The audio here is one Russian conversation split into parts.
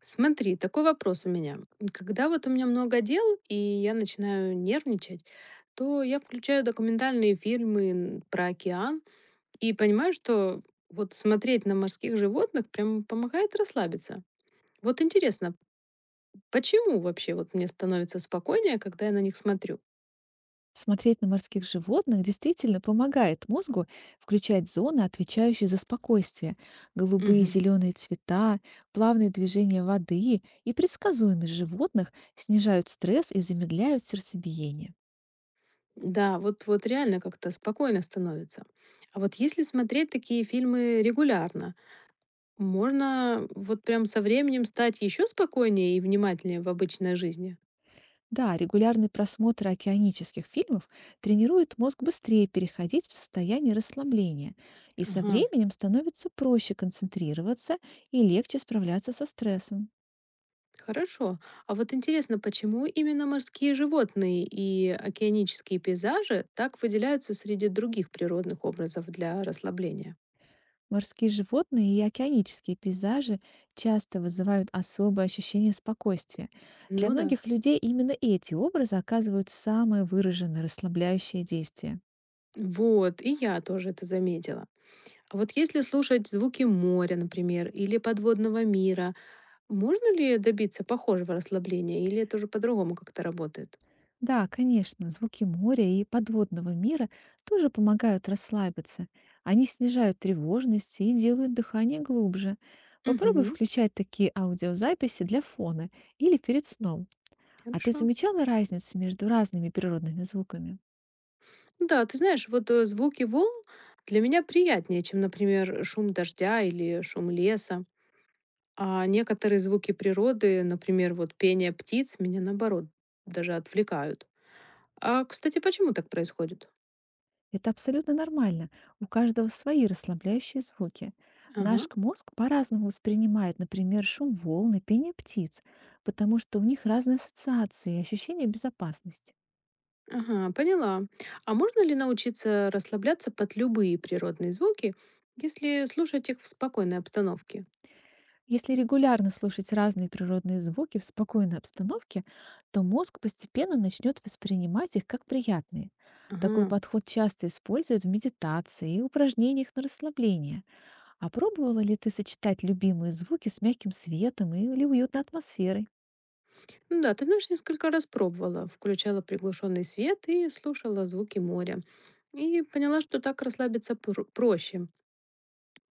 Смотри, такой вопрос у меня. Когда вот у меня много дел, и я начинаю нервничать, то я включаю документальные фильмы про океан и понимаю, что вот смотреть на морских животных прям помогает расслабиться. Вот интересно, почему вообще вот мне становится спокойнее, когда я на них смотрю? Смотреть на морских животных действительно помогает мозгу включать зоны, отвечающие за спокойствие. Голубые и Мгм. зеленые цвета, плавные движения воды и предсказуемость животных снижают стресс и замедляют сердцебиение. Да, вот, вот реально как-то спокойно становится. А вот если смотреть такие фильмы регулярно, можно вот прям со временем стать еще спокойнее и внимательнее в обычной жизни? Да, регулярный просмотр океанических фильмов тренирует мозг быстрее переходить в состояние расслабления, и со Ага, временем становится проще концентрироваться и легче справляться со стрессом. хорошо. А вот интересно, почему именно морские животные и океанические пейзажи так выделяются среди других природных образов для расслабления? Морские животные и океанические пейзажи часто вызывают особое ощущение спокойствия. Для Ну да. многих людей именно эти образы оказывают самое выраженное расслабляющее действие. Вот, и я тоже это заметила. А вот если слушать звуки моря, например, или подводного мира, можно ли добиться похожего расслабления, или это уже по-другому как-то работает? Да, конечно, звуки моря и подводного мира тоже помогают расслабиться. Они снижают тревожность и делают дыхание глубже. Попробуй Угу, включать такие аудиозаписи для фона или перед сном. А ты хорошо. замечала разницу между разными природными звуками? Ну да, ты знаешь, вот, звуки волн для меня приятнее, чем, например, шум дождя или шум леса. А некоторые звуки природы, например, вот пение птиц, меня наоборот даже отвлекают. А, кстати, почему так происходит? Это абсолютно нормально. У каждого свои расслабляющие звуки. Ага, Наш мозг по-разному воспринимает, например, шум волн и пение птиц, потому что у них разные ассоциации и ощущения безопасности. ага, поняла. А можно ли научиться расслабляться под любые природные звуки, если слушать их в спокойной обстановке? Если регулярно слушать разные природные звуки в спокойной обстановке, то мозг постепенно начнет воспринимать их как приятные. Такой Ага. подход часто используют в медитации и упражнениях на расслабление. А пробовала ли ты сочетать любимые звуки с мягким светом или уютной атмосферой? Ну да, ты знаешь, несколько раз пробовала. Включала приглушенный свет и слушала звуки моря. И поняла, что так расслабиться проще.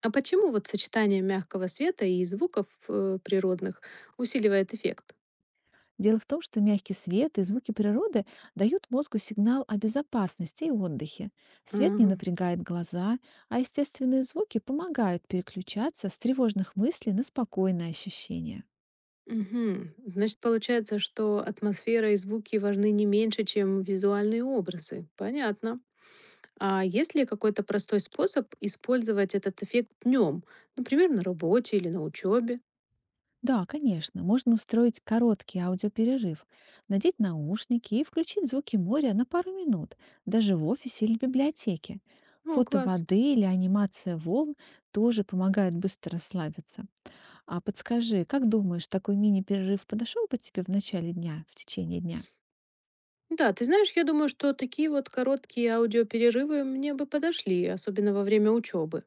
А почему вот сочетание мягкого света и звуков природных усиливает эффект? Дело в том, что мягкий свет и звуки природы дают мозгу сигнал о безопасности и отдыхе. Свет не Ага. напрягает глаза, а естественные звуки помогают переключаться с тревожных мыслей на спокойные ощущения. Мгм. Значит, получается, что атмосфера и звуки важны не меньше, чем визуальные образы. Понятно. А есть ли какой-то простой способ использовать этот эффект днем? Например, на работе или на учебе? Да, конечно, можно устроить короткий аудиоперерыв, надеть наушники и включить звуки моря на пару минут, даже в офисе или библиотеке. О, Фото класс. воды или анимация волн тоже помогают быстро расслабиться. А подскажи, как думаешь, такой мини-перерыв подошел бы тебе в начале дня, в течение дня? Да, ты знаешь, я думаю, что такие вот короткие аудиоперерывы мне бы подошли, особенно во время учебы.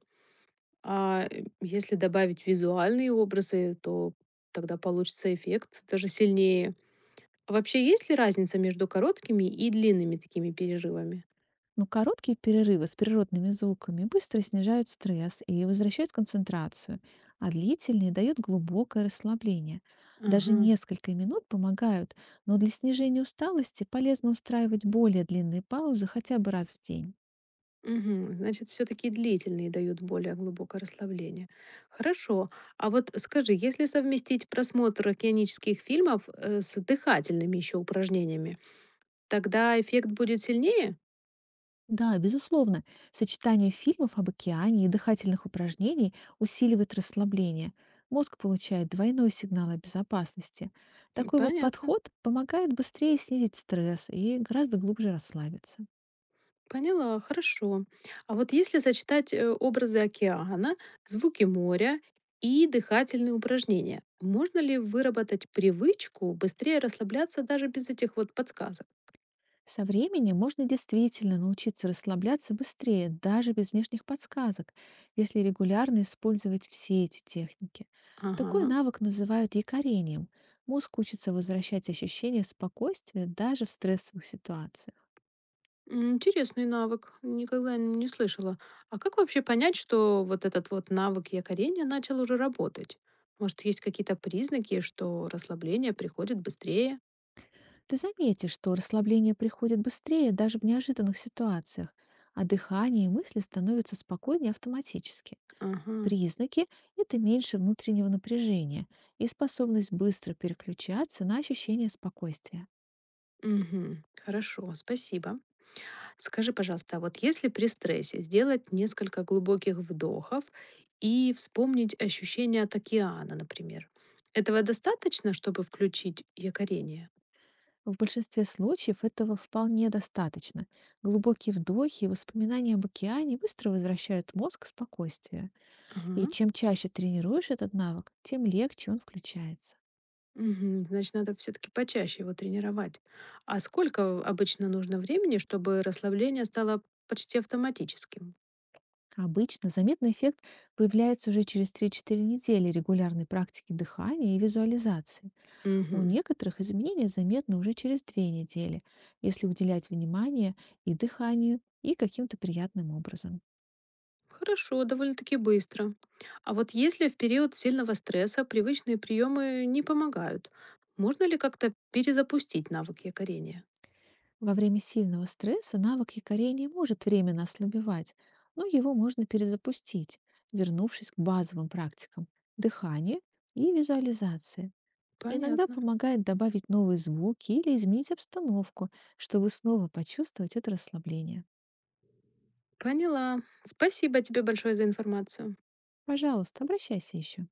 А если добавить визуальные образы, то тогда получится эффект даже сильнее. А вообще, есть ли разница между короткими и длинными такими перерывами? Ну, короткие перерывы с природными звуками быстро снижают стресс и возвращают концентрацию, а длительные дают глубокое расслабление. Даже Ага. несколько минут помогают, но для снижения усталости полезно устраивать более длинные паузы хотя бы раз в день. Мгм. Значит, все-таки длительные дают более глубокое расслабление. Хорошо. А вот скажи, если совместить просмотр океанических фильмов с дыхательными еще упражнениями, тогда эффект будет сильнее? Да, безусловно, сочетание фильмов об океане и дыхательных упражнений усиливает расслабление. Мозг получает двойной сигнал о безопасности. М, Такой вот понятно. подход помогает быстрее снизить стресс и гораздо глубже расслабиться. Поняла, хорошо. А вот если сочетать образы океана, звуки моря и дыхательные упражнения, можно ли выработать привычку быстрее расслабляться даже без этих вот подсказок? Со временем можно действительно научиться расслабляться быстрее, даже без внешних подсказок, если регулярно использовать все эти техники. Такой Ага. навык называют якорением. Мозг учится возвращать ощущение спокойствия даже в стрессовых ситуациях. М, интересный навык. Никогда не слышала. А как вообще понять, что вот этот вот навык якорения начал уже работать? Может, есть какие-то признаки, что расслабление приходит быстрее? Ты заметишь, что расслабление приходит быстрее даже в неожиданных ситуациях, а дыхание и мысли становятся спокойнее автоматически. Ага. Признаки– это меньше внутреннего напряжения и способность быстро переключаться на ощущение спокойствия. Мгм. Хорошо, спасибо. Скажи, пожалуйста, а вот если при стрессе сделать несколько глубоких вдохов и вспомнить ощущения от океана, например, этого достаточно, чтобы включить якорение? В большинстве случаев этого вполне достаточно. Глубокие вдохи и воспоминания об океане быстро возвращают мозг к спокойствию. И Ага. чем чаще тренируешь этот навык, тем легче он включается. Мгм. Значит, надо все-таки почаще его тренировать. А сколько обычно нужно времени, чтобы расслабление стало почти автоматическим? Обычно заметный эффект появляется уже через 3-4 недели регулярной практики дыхания и визуализации. У Мгм. некоторых изменения заметны уже через 2 недели, если уделять внимание и дыханию, и каким-то приятным образом. Хорошо, довольно-таки быстро. А вот если в период сильного стресса привычные приемы не помогают, можно ли как-то перезапустить навык якорения? Во время сильного стресса навык якорения может временно ослабевать, но его можно перезапустить, вернувшись к базовым практикам дыхания и визуализации. Иногда Понятно. помогает добавить новые звуки или изменить обстановку, чтобы снова почувствовать это расслабление. Поняла. Спасибо тебе большое за информацию. Пожалуйста, обращайся еще.